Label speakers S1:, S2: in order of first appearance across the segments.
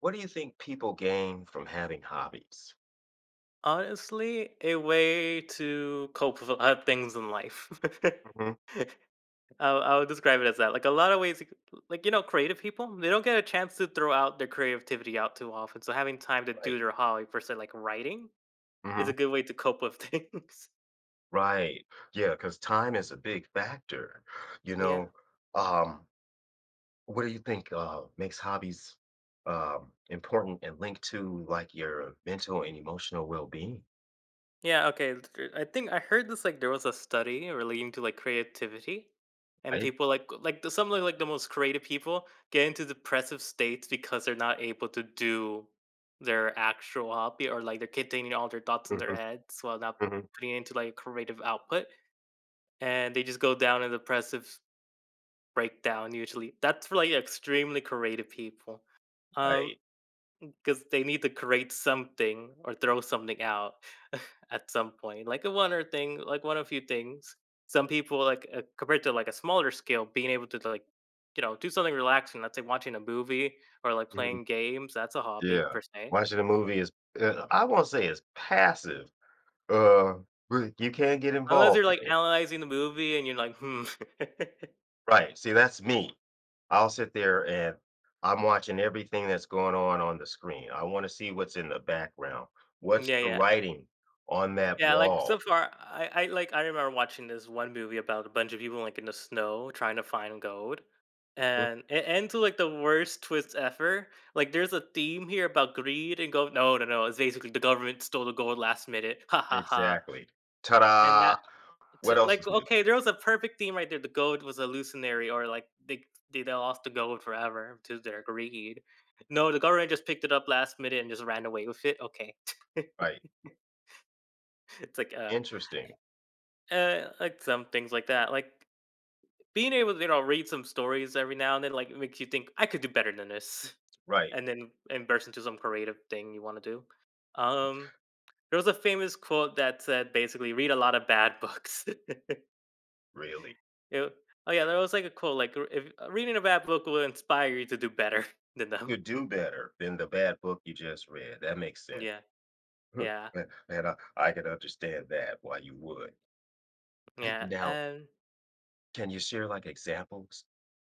S1: What do you think people gain from having hobbies?
S2: Honestly, a way to cope with a lot of things in life.
S1: Mhm.
S2: I would describe it as that. Like a lot of ways, you c- like you know, creative people, they don't get a chance to throw out their creativity out too often. So having time to
S1: Right.
S2: do their hobby per se, like writing, is
S1: Mhm.
S2: a good way to cope with things.
S1: Right. Yeah, 'cause time is a big factor, you
S2: Yeah.
S1: know? Um, what do you think, makes hobbies, important and linked to, like, your mental and emotional well-being,
S2: Yeah, okay. I think I heard this, like there was a study relating to like creativity and
S1: right?
S2: people like the, some of like the most creative people get into depressive states because they're not able to do their actual hobby, or like they're containing all their thoughts in their
S1: Mhm.
S2: heads while not
S1: Mhm.
S2: putting it into like creative output, and they just go down in depressive breakdown usually. That's for like extremely creative people. Um
S1: Right.
S2: 'Cause they need to create something or throw something out at some point, like one of few things. Some people, like, compared to, like, a smaller scale, being able to, like, you know, do something relaxing, let's say watching a movie or, like,
S1: Mhm.
S2: playing games, that's a hobby
S1: Yeah.
S2: per se.
S1: Watching a movie is, I won't say it's passive, uh, but you can get
S2: Unless you're,
S1: involved
S2: like,
S1: in it.
S2: analyzing the movie and you're like, "Hmm."
S1: Right. See, that's me. I'll sit there and I'm watching everything that's going on the screen. I want to see what's in the background. What's
S2: Yeah,
S1: the
S2: yeah.
S1: writing on that
S2: Yeah, like
S1: wall?
S2: so far, I like I remember watching this one movie about a bunch of people like in the snow trying to find gold,
S1: Mhm.
S2: and it ends with like the worst twist ever. Like, there's a theme here about greed and gold. No, no, no. It's basically the government stole the gold last minute. Ha ha ha.
S1: Exactly.
S2: And
S1: Ta-da!
S2: that
S1: What
S2: to,
S1: else
S2: like
S1: is new?
S2: okay, there was a perfect theme right there. The gold was illusionary, or like they lost the gold forever to their greed. No, the government just picked it up last minute and just ran away with it. Okay,
S1: Right.
S2: it's
S1: Interesting.
S2: Like some things like that. Like being able to, you know, read some stories every now and then, like it makes you think I could do better than this,
S1: Right.
S2: and then and burst into some creative thing you want to do. Um, there was a famous quote that said basically, "Read a lot of bad books."
S1: Really.
S2: It- oh yeah, there was like a quote like, "If reading a bad book will inspire you to do better than
S1: You
S2: them."
S1: do better than the bad book you just read. That makes sense.
S2: Yeah, yeah,
S1: And I can understand that why you would. Hey,
S2: yeah.
S1: now, can you share like examples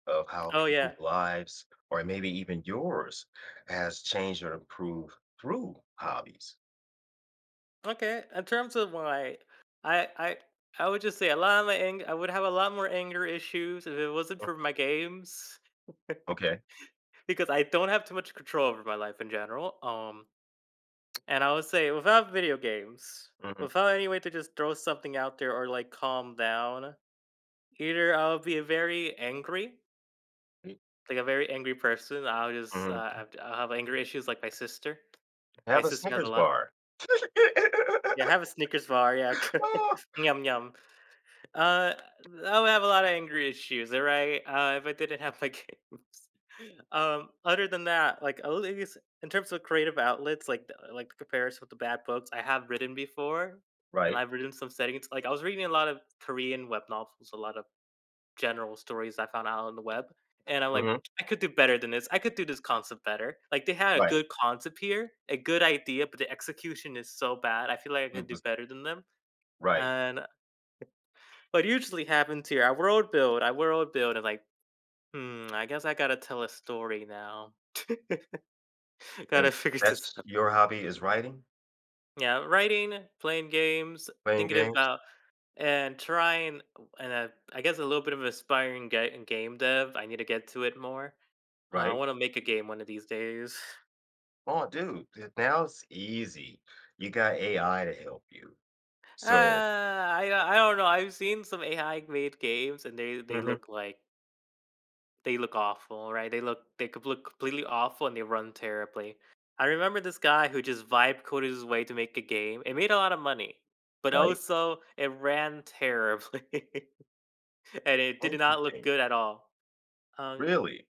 S1: of how
S2: oh
S1: people's
S2: yeah,
S1: lives, or maybe even yours, has changed or improved through hobbies.
S2: Okay, in terms of my, I I I would just say a lot of I would have a lot more anger issues if it wasn't
S1: Mm.
S2: for my games,
S1: Okay.
S2: because I don't have too much control over my life in general. And I would say without video games,
S1: Hmm.
S2: without any way to just throw something out there or like calm down, either I'll be very angry, like a very angry person. I'll just uh,
S1: Hmm.
S2: I'll I'll have anger issues like my sister. My
S1: Have a
S2: sister has a
S1: Snickers
S2: lot of,
S1: bar.
S2: yeah. I have a Snickers bar. Yeah,
S1: Ah,
S2: yum yum. Uh, I would have a lot of angry issues, alright? If I didn't have my games. Other than that, like, at least in terms of creative outlets, like, the comparison with the bad books, I have written before, and
S1: right.
S2: I've written some settings. Like, I was reading a lot of Korean web novels, a lot of general stories I found out on the web, and I'm like,
S1: Hmm.
S2: "I could do better than this. I could do this concept better." Like, they had a
S1: Right.
S2: good concept here, a good idea, but the execution is so bad, I feel like I could
S1: It
S2: do
S1: was
S2: better than them,
S1: right.
S2: and what usually happens here, I world build, and like, hmm, I guess I gotta tell a story now. Gotta
S1: And
S2: figure this
S1: that's
S2: out.
S1: your hobby is writing,
S2: Yeah, writing, playing games,
S1: playing
S2: thinking
S1: games,
S2: about, and trying, and I guess a little bit of aspiring game dev. I need to get to it more. I
S1: right?
S2: want to make a game one of these days.
S1: Oh, dude, now it's easy. You got AI to help you.
S2: Uh,
S1: So,
S2: I I don't know. I've seen some AI made games, and they they
S1: mhm.
S2: look like They look awful, right? They could look completely awful and they run terribly. I remember this guy who just vibe coded his way to make a game. It made a lot of money, but
S1: Right?
S2: also it ran terribly and it did not look
S1: Interesting.
S2: good at all. Um
S1: Really?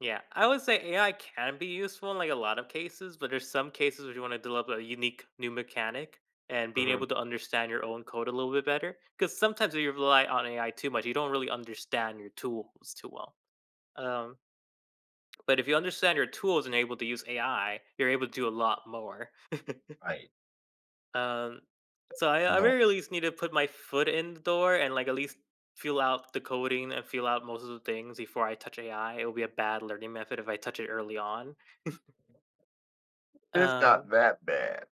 S2: yeah, I would say AI can be useful in like a lot of cases, but there's some cases where you want to develop a unique new mechanic and being
S1: Hmm.
S2: able to understand your own code a little bit better. Because sometimes if you rely on AI too much, you don't really understand your tools too well. Um, But if you understand your tools and able to use AI, you're able to do a lot more.
S1: Right.
S2: Um, so I
S1: Now.
S2: really at least need to put my foot in the door and like at least feel out the coding and feel out most of the things before I touch AI. It will be a bad learning method if I touch it early on.
S1: It's not
S2: Um,
S1: that bad.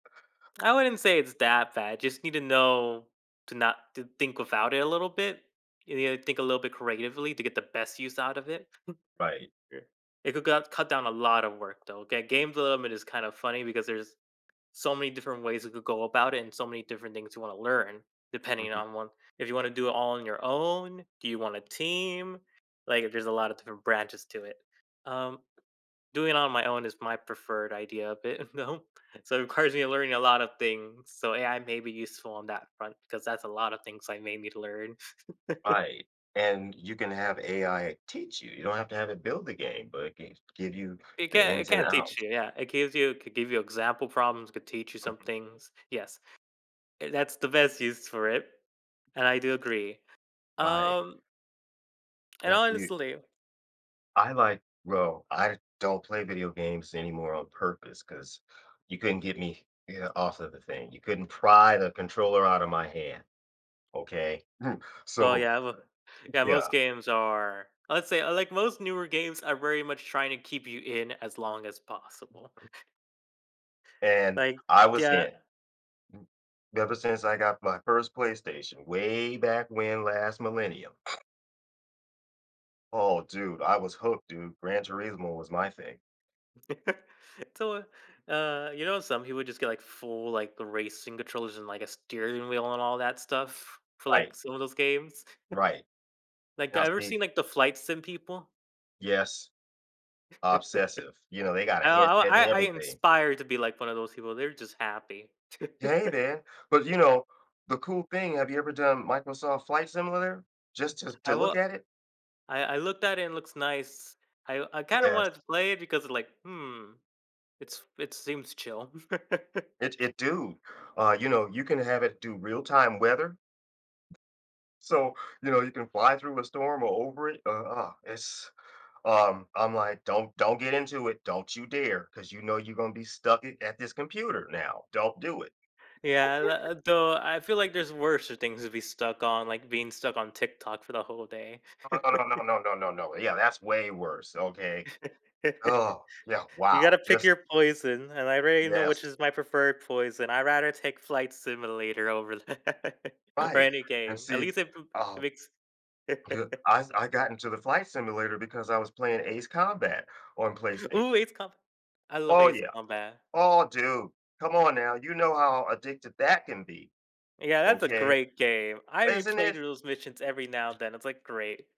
S2: I wouldn't say it's that bad. Just need to know to not to think without it a little bit. You need to think a little bit creatively to get the best use out of it.
S1: Right.
S2: Sure. It could cut down a lot of work though. Okay, game development is kind of funny because there's so many different ways you could go about it and so many different things you want to learn, depending
S1: Mhm.
S2: on one, if you want to do it all on your own, do you want a team, like there's a lot of different branches to it. um Doing it on my own is my preferred idea of it, though, so it requires me learning a lot of things, so AI may be useful on that front because that's a lot of things I may need to learn.
S1: Right. And you can have AI teach you. You don't have to have it build the game, but it can give you
S2: it
S1: the
S2: can it
S1: ins and
S2: can teach
S1: outs.
S2: you, yeah, it gives you could give you example problems, could teach you some
S1: Mhm.
S2: things, yes. Eh, that's the best use for it, and I do agree.
S1: Right.
S2: um And
S1: Now for you,
S2: honestly,
S1: I like well, I don't play video games anymore on purpose because you couldn't get me, yeah, off of the thing. You couldn't pry the controller out of my hand, okay?
S2: oh
S1: So,
S2: yeah, well, yeah,
S1: yeah,
S2: most games are, let's say, like, most newer games are very much trying to keep you in as long as possible.
S1: and
S2: Like,
S1: I was
S2: yeah.
S1: in. Ever since I got my first PlayStation way back when last millennium. Oh, dude, I was hooked, dude. Gran Turismo was my thing.
S2: So, you know, some people just get, like, full, like, racing controllers and, like, a steering wheel and all that stuff for,
S1: Right,
S2: like, some of those games.
S1: right.
S2: Like, I
S1: Now
S2: ever
S1: see,
S2: seen, like, the flight sim people?
S1: yes,
S2: I
S1: obsessive. You know, they got a
S2: I
S1: headset and
S2: I I
S1: everything.
S2: inspire to be like one of those people. They're just happy.
S1: Hey, man. But you know, the cool thing, have you ever done Microsoft Flight Simulator? Just to
S2: I
S1: look
S2: will
S1: at it?
S2: I looked at it and it looks nice. I kinda
S1: Yes.
S2: wanted to play it because like, "Hmm, it seems chill."
S1: It dude. You know, you can have it do real-time weather. So, you know, you can fly through a storm or over it. It's I'm like, "Don't get into it, don't you dare, because you know you're gonna be stuck I at this computer now, don't do it."
S2: Yeah, tha though I feel like there's worse things to be stuck on, like being stuck on TikTok for the whole day.
S1: "No, no, no, no, no, no, no, no. Yeah, that's way worse, okay." Oh, yeah,
S2: You
S1: wow,
S2: gotta pick
S1: just
S2: your poison, and I already know
S1: yes,
S2: which is my preferred poison. I'd rather take Flight Simulator over that or
S1: right,
S2: any
S1: and
S2: game. At
S1: see,
S2: least it
S1: uh,
S2: it makes
S1: good I got into the flight simulator because I was playing Ace Combat on PlayStation.
S2: Ooh, Ace Combat! I love
S1: Oh,
S2: Ace
S1: yeah.
S2: Combat.
S1: Oh, dude, come on now, you know how addicted that can be,
S2: Yeah, that's a
S1: okay?
S2: great game. I
S1: Isn't
S2: replay
S1: it?
S2: through those missions every now and then. It's like great.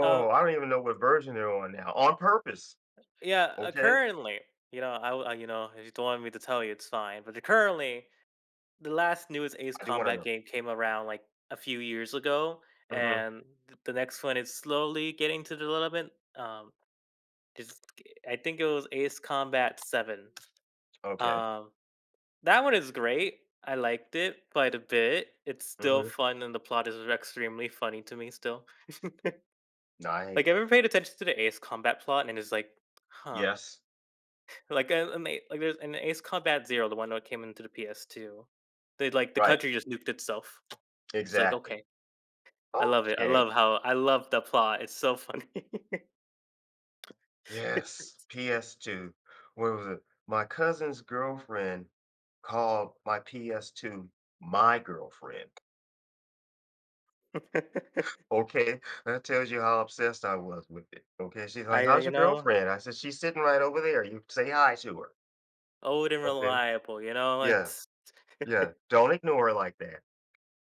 S2: Uh,
S1: I don't even know what version they're on now, on purpose.
S2: yeah.
S1: Okay,
S2: Currently, you know, you know, if you don't want me to tell you, it's fine. But currently, the last newest Ace
S1: I do wanna
S2: Combat
S1: know.
S2: game came around like a few years ago,
S1: Mhm,
S2: and the next one is slowly getting to development. It's, I think it was Ace Combat Seven.
S1: okay,
S2: Um, that one is great. I liked it quite a bit. It's still
S1: mhm,
S2: fun, and the plot is extremely funny to me still. Like,
S1: nice.
S2: have you ever paid attention to the Ace Combat plot and it's like, huh?
S1: Yes,
S2: Like, like there's an Ace Combat Zero, the one that came into the PS2. They like the
S1: right,
S2: country just nuked itself. It's like,
S1: exactly.
S2: okay, I love it.
S1: Okay,
S2: I love the plot. It's so funny.
S1: yes, PS2. Where was it? My cousin's girlfriend called my PS2 "my girlfriend." Okay, that tells you how obsessed I was with it, okay? She's like,
S2: I,
S1: "How's
S2: you
S1: your
S2: know,
S1: girlfriend?" I said, "She's sitting right over there, you say hi to her."
S2: old and
S1: Okay,
S2: reliable. You know,
S1: yeah,
S2: it's.
S1: yeah, don't ignore her like that.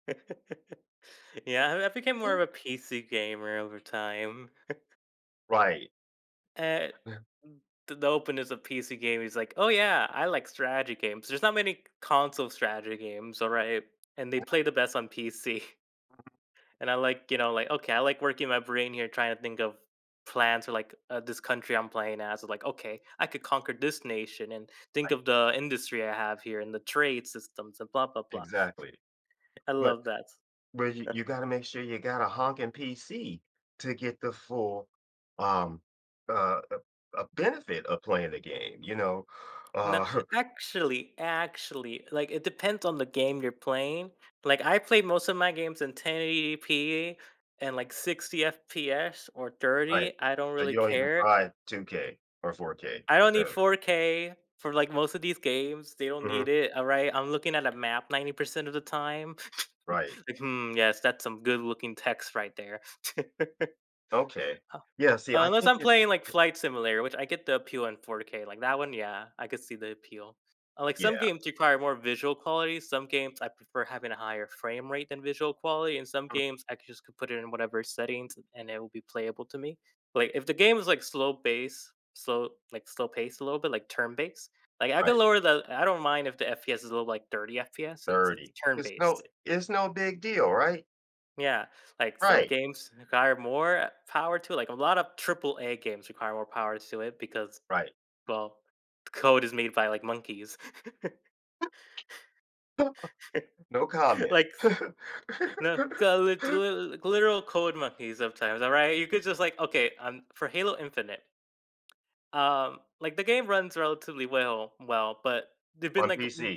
S2: Yeah, I became more of a PC gamer over time.
S1: Right,
S2: Uh, the openness of PC game is like, oh yeah, I like strategy games. There's not many console strategy games, all right, and they play the best on PC. And I like, you know, like okay, I like working my brain here, trying to think of plans for like this country I'm playing as. Like, okay, I could conquer this nation, and think
S1: right,
S2: of the industry I have here and the trade systems and blah blah blah.
S1: exactly,
S2: I
S1: but
S2: love that.
S1: where you gotta make sure you got a honking PC to get the full, um, uh, uh, benefit of playing the game, you know?
S2: No,
S1: Uh,
S2: actually, like it depends on the game you're playing. Like I play most of my games in 1080p and like 60 FPS or
S1: right.
S2: 30. I don't
S1: So
S2: really
S1: you don't even
S2: care.
S1: try 2K or 4K.
S2: I don't need
S1: So
S2: 4K for like most of these games. They don't
S1: mhm,
S2: need it. All right. I'm looking at a map 90% of the time.
S1: right.
S2: Like, hmm, yes, that's some good looking text right there.
S1: Okay. Yeah, see, I
S2: Unless
S1: think
S2: I'm
S1: it
S2: playing like
S1: it
S2: Flight Simulator, which I get the appeal in 4K. Like that one, yeah, I could see the appeal. Like some
S1: Yeah,
S2: games require more visual quality. Some games I prefer having a higher frame rate than visual quality. And some
S1: mm,
S2: games I could just could put it in whatever settings and it will be playable to me. Like if the game is like slow pace a little bit, like turn based. Like I could
S1: right,
S2: lower the. I don't mind if the FPS is a little like 30 FPS since it's
S1: 30.
S2: turn based.
S1: It's no big deal, right?
S2: Yeah, like some
S1: Right,
S2: games require more power to it. Like a lot of triple A games require more power to it because,
S1: right.
S2: well, code is made by like monkeys,
S1: No comment.
S2: like no lit- li- literal code monkeys. Sometimes, all right, you could just like okay, for Halo Infinite, like the game runs relatively well, but there've been
S1: On
S2: like.
S1: PC.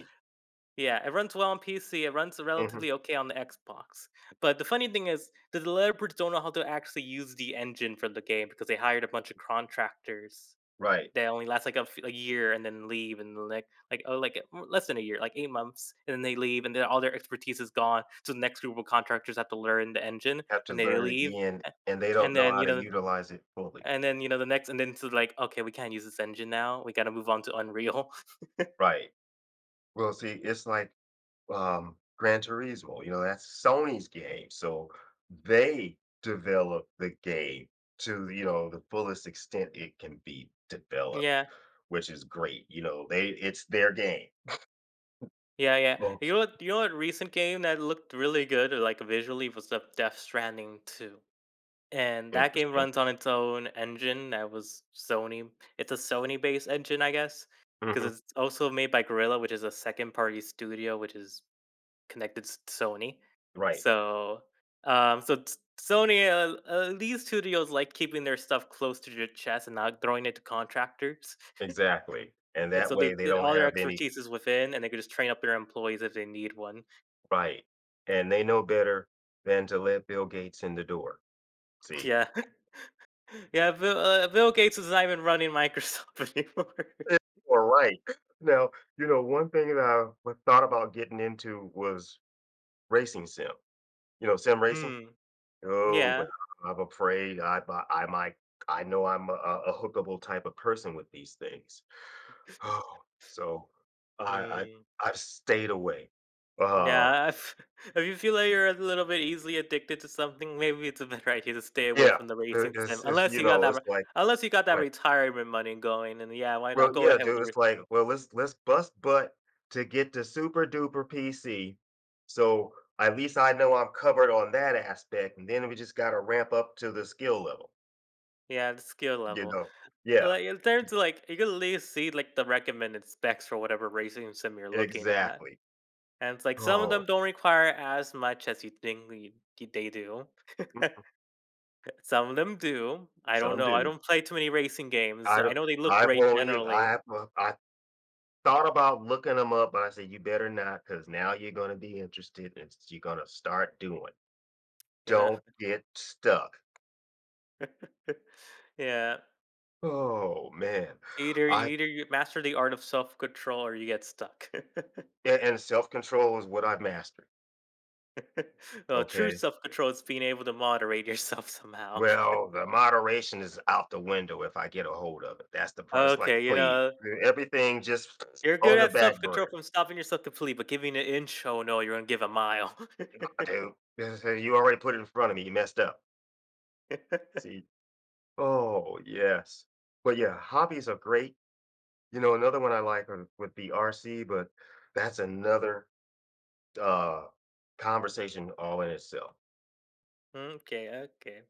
S2: Yeah, it runs well on PC, it runs
S1: Mhm,
S2: relatively okay on the Xbox. But the funny thing is, the developers don't know how to actually use the engine for the game because they hired a bunch of contractors
S1: right.
S2: that only last like a year and then leave and then, oh like less than a year, like 8 months, and then they leave and then all their expertise is gone. So the next group of contractors have to learn the engine
S1: Have to
S2: and they
S1: learn it
S2: leave,
S1: again,
S2: a-
S1: and they don't
S2: and
S1: know
S2: then
S1: how
S2: you
S1: to
S2: know
S1: utilize it fully.
S2: and then you know the next and then so like okay, we can't use this engine, now we got to move on to unreal.
S1: Right. Well, see, it's like Gran Turismo. You know, that's Sony's game, so they develop the game to you know the fullest extent it can be developed,
S2: Yeah.
S1: which is great. You know, they it's their game.
S2: Yeah.
S1: Okay,
S2: You know what? You know what? Recent game that looked really good, or like visually, was the Death Stranding two, and that game
S1: interesting.
S2: runs on its own engine that was Sony. It's a Sony-based engine, I guess, because
S1: Hmm.
S2: it's also made by Gorilla, which is a second-party studio, which is connected to Sony.
S1: Right.
S2: So, um, so t- Sony, these studios like keeping their stuff close to their chest and not throwing it to contractors,
S1: Exactly. And
S2: and
S1: that
S2: so
S1: way
S2: they
S1: they
S2: did,
S1: don't
S2: all their
S1: have any
S2: expertise is within, and they could just train up their employees if they need one.
S1: right, and they know better than to let Bill Gates in the door. See.
S2: Yeah. Yeah, Bill Gates is not even running Microsoft anymore.
S1: Yeah, right. Now, you know, one thing that thought about getting into was racing sim. You know, sim racing?
S2: Mm,
S1: Oh, but
S2: yeah.
S1: I'm afraid I might. I know I'm a hookable type of person with these things. Oh, so, I
S2: Mm,
S1: I've stayed away. Uh,
S2: yeah, if if you feel like you're a little bit easily addicted to something, maybe it's a better idea to stay away
S1: yeah,
S2: from the
S1: I
S2: racing sim,
S1: it's,
S2: unless
S1: you
S2: you got
S1: know,
S2: that
S1: it's
S2: re,
S1: like
S2: unless you got that
S1: like.
S2: retirement money going, and yeah, why
S1: Well,
S2: not? Go
S1: yeah,
S2: ahead with
S1: dude,
S2: the re,
S1: it's like, well, let's bust butt to get the super duper PC. So at least I know I'm covered on that aspect. And then we just gotta ramp up to the skill level,
S2: yeah, the skill
S1: you
S2: level.
S1: know. Yeah,
S2: Like, in terms of, like, you can at least see, like, the recommended specs for whatever racing sim you're looking at,
S1: exactly.
S2: and it's like some of
S1: Oh,
S2: them don't require as much as you think they do.
S1: mm,
S2: Some of them do. I don't
S1: some
S2: know. I
S1: do.
S2: don't play too many racing games.
S1: I
S2: I
S1: don't
S2: know they look
S1: I
S2: great
S1: won't even
S2: generally,
S1: I thought about looking them up, but I said you better not, because now you're gonna be interested and you're gonna start doing.
S2: you know.
S1: Don't get stuck.
S2: Yeah.
S1: Oh man.
S2: Either
S1: I
S2: either you master the art of self-control or you get stuck.
S1: And self-control is what I've mastered,
S2: Well, true
S1: okay?
S2: self-control is being able to moderate yourself somehow.
S1: Well, the moderation is out the window if I get a hold of it. That's the pro it's like,
S2: Okay, you
S1: "Please,
S2: know,
S1: everything just
S2: you're good
S1: on the
S2: at
S1: back
S2: self-control
S1: burner."
S2: from stopping yourself completely, but giving an inch, oh no, you're gonna give a mile.
S1: "I do." They "You already put it in front of me, you messed up." See? Oh, yes. But, yeah, hobbies are great. You know, another one I like are would be RC, but that's another, uh, conversation all in itself.
S2: Okay, okay.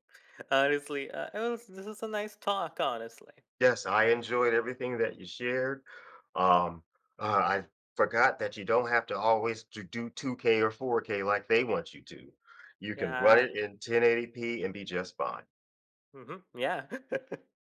S2: Honestly, this is a nice talk. Honestly,
S1: Yes, I enjoyed everything that you shared. Um, I forgot that you don't have to always to do 2K or 4K like they want you to. You can run
S2: yeah.
S1: it in 1080p and be just fine.
S2: Hmm, yeah.